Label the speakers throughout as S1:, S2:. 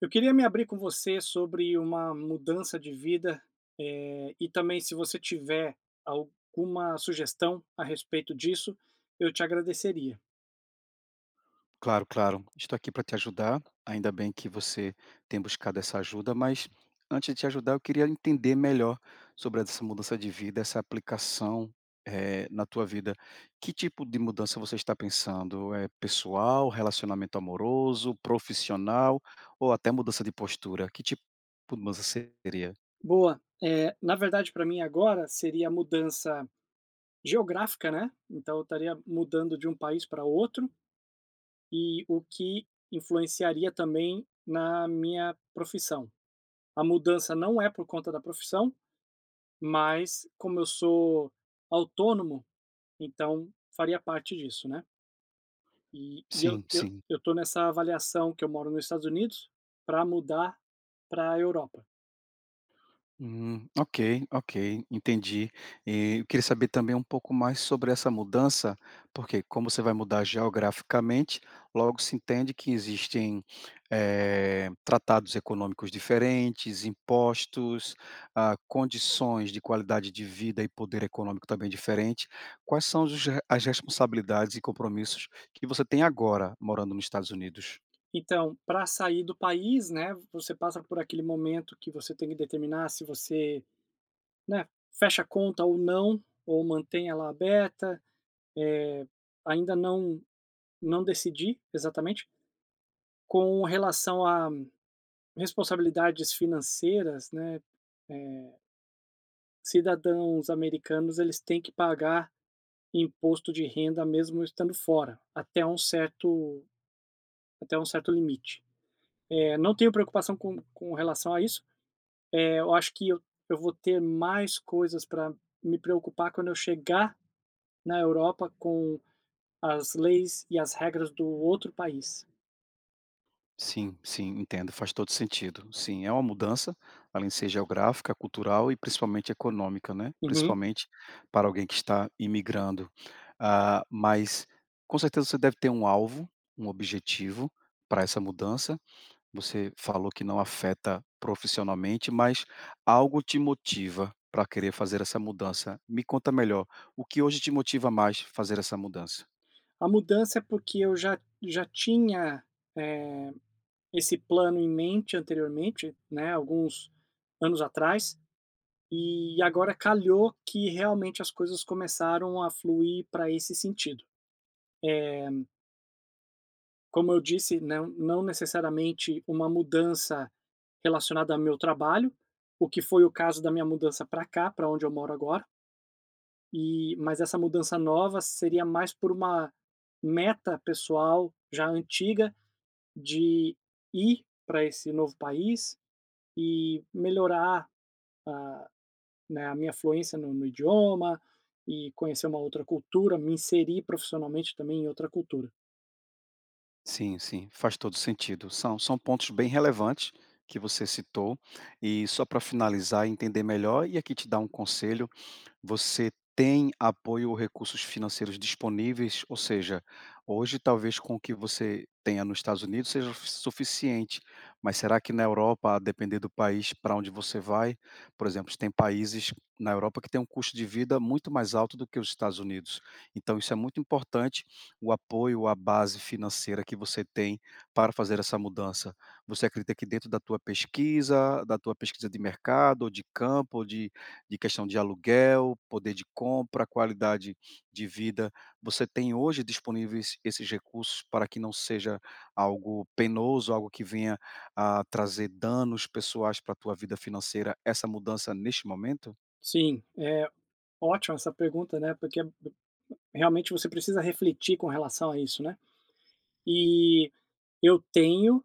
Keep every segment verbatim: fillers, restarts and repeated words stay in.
S1: Eu queria me abrir com você sobre uma mudança de vida, eh, e também se você tiver alguma sugestão a respeito disso, eu te agradeceria.
S2: Claro, claro. Estou aqui para te ajudar. Ainda bem que você tem buscado essa ajuda, mas antes de te ajudar, eu queria entender melhor sobre essa mudança de vida, essa aplicação eh, na tua vida. Que tipo de mudança você está pensando? É pessoal, relacionamento amoroso, profissional ou até mudança de postura? Que tipo de mudança seria?
S1: Boa, eh, na verdade para mim agora seria a mudança geográfica, né, então eu estaria mudando de um país para outro, e o que influenciaria também na minha profissão. A mudança não é por conta da profissão, mas como eu sou autônomo, então faria parte disso, né. E e eu
S2: Sim,
S1: eu
S2: sim.
S1: eu tô nessa avaliação que eu moro nos Estados Unidos para mudar pra Europa.
S2: Hum, ok, ok, entendi. E eu queria saber também um pouco mais sobre essa mudança, porque como você vai mudar geograficamente, logo se entende que existem eh, tratados econômicos diferentes, impostos, ah, condições de qualidade de vida e poder econômico também diferente. Quais são os re- as responsabilidades e compromissos que você tem agora morando nos Estados Unidos?
S1: Então, para sair do país, né, você passa por aquele momento que você tem que determinar se você, né, fecha a conta ou não, ou mantém ela aberta, eh, ainda não não decidi exatamente. Com relação a responsabilidades financeiras, né, eh, cidadãos americanos, eles têm que pagar imposto de renda mesmo estando fora, até um certo, até um certo limite. É, não tenho preocupação com, com relação a isso. É, eu acho que eu, eu vou ter mais coisas para me preocupar quando eu chegar na Europa com as leis e as regras do outro país.
S2: Sim, sim, entendo, faz todo sentido. Sim, é uma mudança, além de ser geográfica, cultural e principalmente econômica, né,
S1: Uhum.
S2: principalmente para alguém que está imigrando. Ah, mas com certeza você deve ter um alvo, um objetivo para essa mudança. Você falou que não afeta profissionalmente, mas algo te motiva para querer fazer essa mudança. Me conta melhor, o que hoje te motiva mais fazer essa mudança?
S1: A mudança é porque eu já, já tinha é, esse plano em mente anteriormente, né, alguns anos atrás. E agora calhou que realmente as coisas começaram a fluir para esse sentido. Como eu disse, não, não necessariamente uma mudança relacionada ao meu trabalho, o que foi o caso da minha mudança para cá, para onde eu moro agora. E mas essa mudança nova seria mais por uma meta pessoal já antiga de ir para esse novo país e melhorar né, a minha fluência no, no idioma e conhecer uma outra cultura, me inserir profissionalmente também em outra cultura.
S2: Sim, sim, faz todo sentido. São são pontos bem relevantes que você citou. E só para finalizar e entender melhor e aqui te dar um conselho, você tem apoio ou recursos financeiros disponíveis? Ou seja, hoje talvez com o que você tenha nos Estados Unidos seja su- suficiente, mas será que na Europa, a depender do país para onde você vai, por exemplo, tem países na Europa que tem um custo de vida muito mais alto do que os Estados Unidos. Então, isso é muito importante, o apoio à base financeira que você tem para fazer essa mudança. Você acredita que dentro da tua pesquisa, da tua pesquisa de mercado, ou de campo, ou de de questão de aluguel, poder de compra, qualidade de vida. Você tem hoje disponíveis esses recursos para que não seja algo penoso, algo que venha a trazer danos pessoais para a tua vida financeira, essa mudança neste momento?
S1: Sim, é ótima essa pergunta, né? Porque realmente você precisa refletir com relação a isso, né? E eu tenho,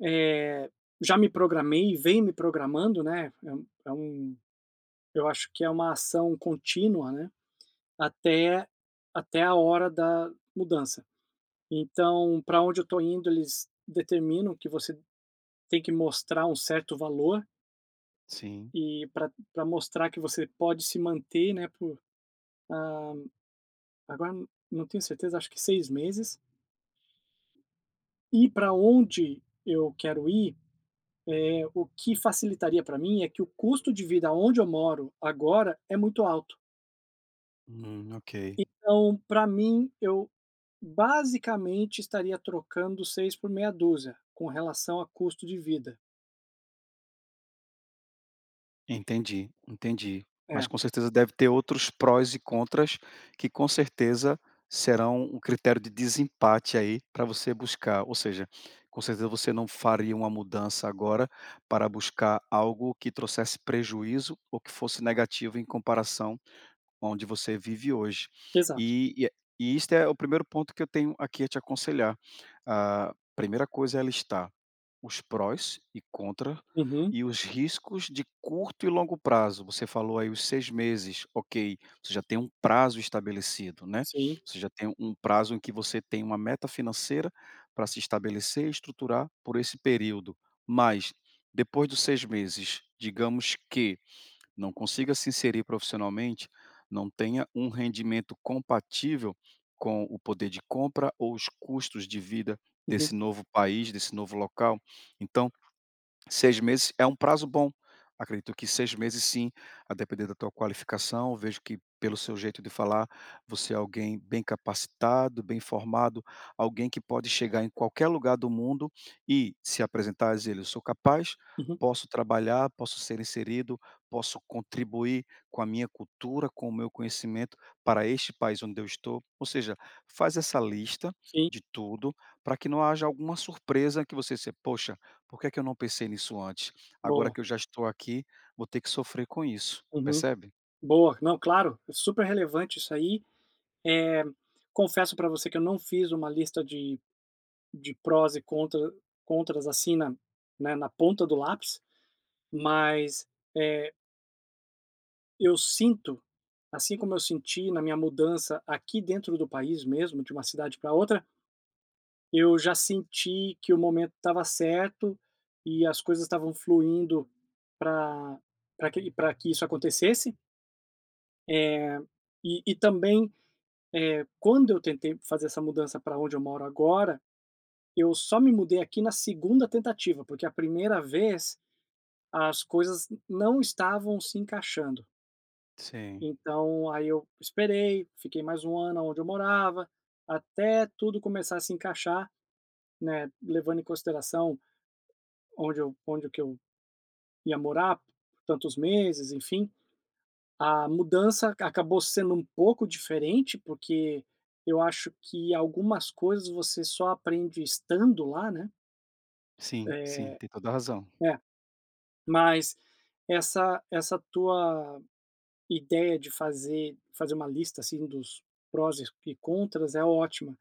S1: eh, já me programei e venho me programando, né? É, um- é um, eu acho que é uma ação contínua, né? Até, até a hora da mudança. Então, para onde eu estou indo, eles determinam que você tem que mostrar um certo valor
S2: Sim.
S1: e para pra mostrar que você pode se manter, né, por agora não tenho certeza, acho que seis meses. E para onde eu quero ir, eh, o que facilitaria para mim é que o custo de vida onde eu moro agora é muito alto.
S2: Hum, ok.
S1: Então, para mim, eu basicamente estaria trocando seis por meia dúzia com relação a custo de vida.
S2: Entendi, entendi. Mas
S1: É,
S2: com certeza deve ter outros prós e contras que com certeza serão um critério de desempate aí para você buscar. Ou seja, com certeza você não faria uma mudança agora para buscar algo que trouxesse prejuízo ou que fosse negativo em comparação a onde você vive hoje.
S1: exato.
S2: E, e, e este é o primeiro ponto que eu tenho aqui a te aconselhar. A primeira coisa é listar os prós e contra
S1: Uhum,
S2: e os riscos de curto e longo prazo. Você falou aí os seis meses, ok, você já tem um prazo estabelecido, né.
S1: sim.
S2: Você já tem um prazo em que você tem uma meta financeira para se estabelecer e estruturar por esse período. Mas, depois dos seis meses, digamos que não consiga se inserir profissionalmente, não tenha um rendimento compatível com o poder de compra ou os custos de vida desse
S1: Uhum,
S2: novo país, desse novo local. Então seis meses é um prazo bom. Acredito que seis meses sim, a depender da tua qualificação, vejo que pelo seu jeito de falar, você é alguém bem capacitado, bem formado, alguém que pode chegar em qualquer lugar do mundo e se apresentar e dizer: "Eu sou capaz,
S1: uhum,
S2: posso trabalhar, posso ser inserido, posso contribuir com a minha cultura, com o meu conhecimento para este país onde eu estou". Ou seja, faz essa lista
S1: sim.
S2: de tudo, para que não haja alguma surpresa que você se: "Poxa, por que é que eu não pensei nisso antes? Agora
S1: Boa.
S2: que eu já estou aqui, vou ter que sofrer com isso,
S1: Uhum.
S2: percebe?
S1: Boa. Não, claro, é super relevante isso aí. Eh, confesso para você que eu não fiz uma lista de de prós e contra contras, assim, na né, na ponta do lápis, mas, eh, eu sinto, assim como eu senti na minha mudança aqui dentro do país mesmo, de uma cidade para outra, eu já senti que o momento estava certo e as coisas estavam fluindo para pra que pra que isso acontecesse. E e também Eh, quando eu tentei fazer essa mudança para onde eu moro agora, eu só me mudei aqui na segunda tentativa, porque a primeira vez as coisas não estavam se encaixando.
S2: Sim,
S1: Então, aí eu esperei, fiquei mais um ano onde eu morava, até tudo começar a se encaixar, né, levando em consideração onde eu onde que eu ia morar, tantos meses, enfim. A mudança acabou sendo um pouco diferente, porque eu acho que algumas coisas você só aprende estando lá, né.
S2: sim, sim,
S1: Eh
S2: tem toda a razão.
S1: é, mas essa essa tua ideia de fazer fazer uma lista, assim, dos prós e contras é ótima.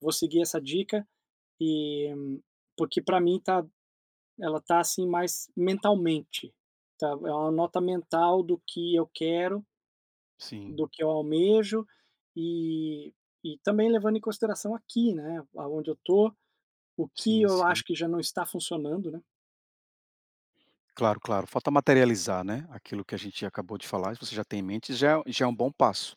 S1: Vou seguir essa dica, eh, porque para mim tá ela tá, assim, mais mentalmente, tá, é uma nota mental do que eu quero
S2: Sim,
S1: do que eu almejo e e também levando em consideração aqui, né, aonde eu tô, o que
S2: sim,
S1: eu
S2: sim.
S1: acho que já não está funcionando, né.
S2: Claro, claro. Falta materializar, né, aquilo que a gente acabou de falar, se você já tem em mente, já é já é um bom passo.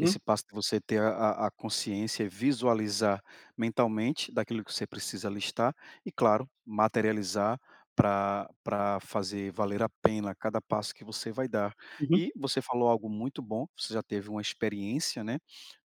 S2: Esse passo de você ter a a a consciência, e visualizar mentalmente daquilo que você precisa listar e, claro, materializar para pra fazer valer a pena cada passo que você vai dar.
S1: uhum,
S2: E você falou algo muito bom, você já teve uma experiência, né,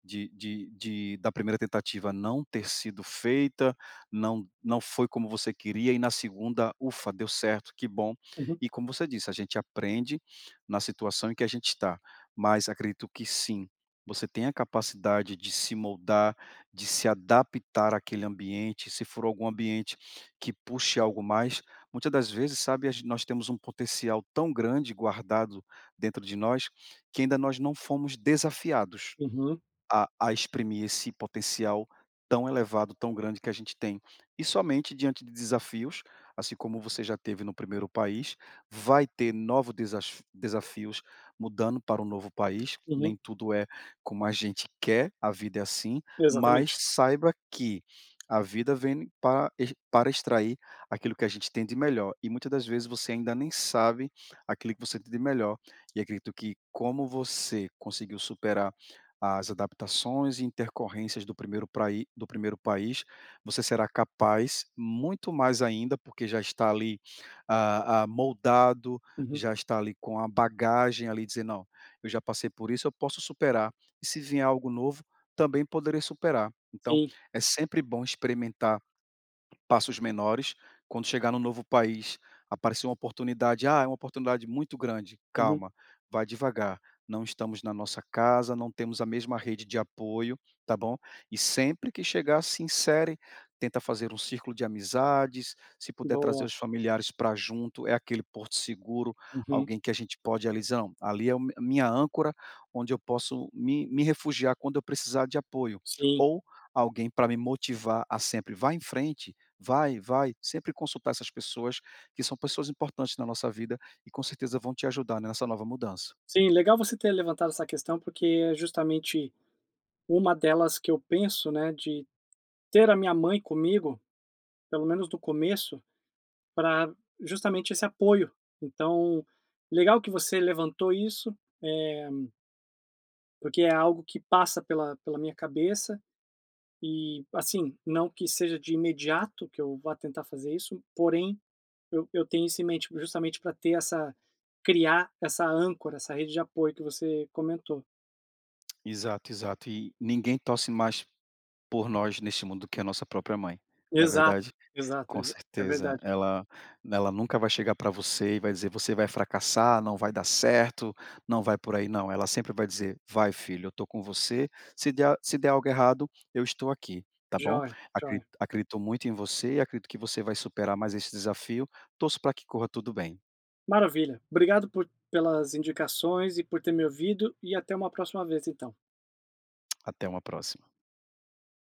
S2: de de de da primeira tentativa não ter sido feita, não não foi como você queria e na segunda, ufa, deu certo, que bom.
S1: uhum,
S2: E como você disse, a gente aprende na situação em que a gente está, mas acredito que sim, você tem a capacidade de se moldar, de se adaptar àquele ambiente, se for algum ambiente que puxe algo mais, muitas das vezes, sabe, a gen nós temos um potencial tão grande guardado dentro de nós, que ainda nós não fomos desafiados
S1: uhum,
S2: a a exprimir esse potencial tão elevado, tão grande que a gente tem. E somente diante de desafios, assim como você já teve no primeiro país, vai ter novos desaf desafios mudando para um novo país, nem
S1: uhum,
S2: tudo é como a gente quer, a vida é assim, mas
S1: exatamente.
S2: saiba que a vida vem para ex para extrair aquilo que a gente tem de melhor, e muitas das vezes você ainda nem sabe aquilo que você tem de melhor. E acredito que como você conseguiu superar as adaptações e intercorrências do primeiro praí do primeiro país, você será capaz, muito mais ainda, porque já está ali, ah ah, moldado,
S1: Uhum,
S2: já está ali com a bagagem ali, dizer: "Não, eu já passei por isso, eu posso superar, e se vier algo novo, também poderei superar". Então,
S1: sim,
S2: é sempre bom experimentar passos menores. Quando chegar no novo país, aparecer uma oportunidade, ah, é uma oportunidade muito grande,
S1: uhum,
S2: calma, vai devagar. Não estamos na nossa casa, não temos a mesma rede de apoio, tá bom? E sempre que chegar, se insere, tenta fazer um círculo de amizades, se puder trazer
S1: boa,
S2: os familiares para junto, é aquele porto seguro,
S1: uhum,
S2: alguém que a gente pode ali, dizer, não, ali é o a minha âncora, onde eu posso me, me refugiar quando eu precisar de apoio.
S1: sim.
S2: Ou alguém para me motivar a sempre, vá em frente, vai, vai, sempre consultar essas pessoas, que são pessoas importantes na nossa vida e com certeza vão te ajudar nessa nova mudança.
S1: Sim, legal você ter levantado essa questão, porque é justamente uma delas que eu penso, né, de ter a minha mãe comigo, pelo menos no começo, para justamente esse apoio. Então, legal que você levantou isso, eh porque é algo que passa pela pela minha cabeça e, assim, não que seja de imediato que eu vá tentar fazer isso, porém, eu eu tenho isso em mente justamente para ter essa criar essa âncora, essa rede de apoio que você comentou.
S2: Exato, exato. E ninguém torce mais por nós neste mundo do que a nossa própria mãe, não é
S1: Exato,
S2: verdade?
S1: exato,
S2: Com
S1: é ver é
S2: certeza,
S1: verdade.
S2: ela ela nunca vai chegar para você e vai dizer: "Você vai fracassar, não vai dar certo, não vai por aí", não, ela sempre vai dizer: "Vai filho, eu tô com você, se der se der algo errado, eu estou aqui, tá bom?
S1: Joia,
S2: Acre
S1: joia.
S2: acredito muito em você e acredito que você vai superar mais esse desafio, torço para que corra tudo bem,
S1: Maravilha. Obrigado por pelas indicações e por ter me ouvido e até uma próxima vez então.
S2: até uma próxima".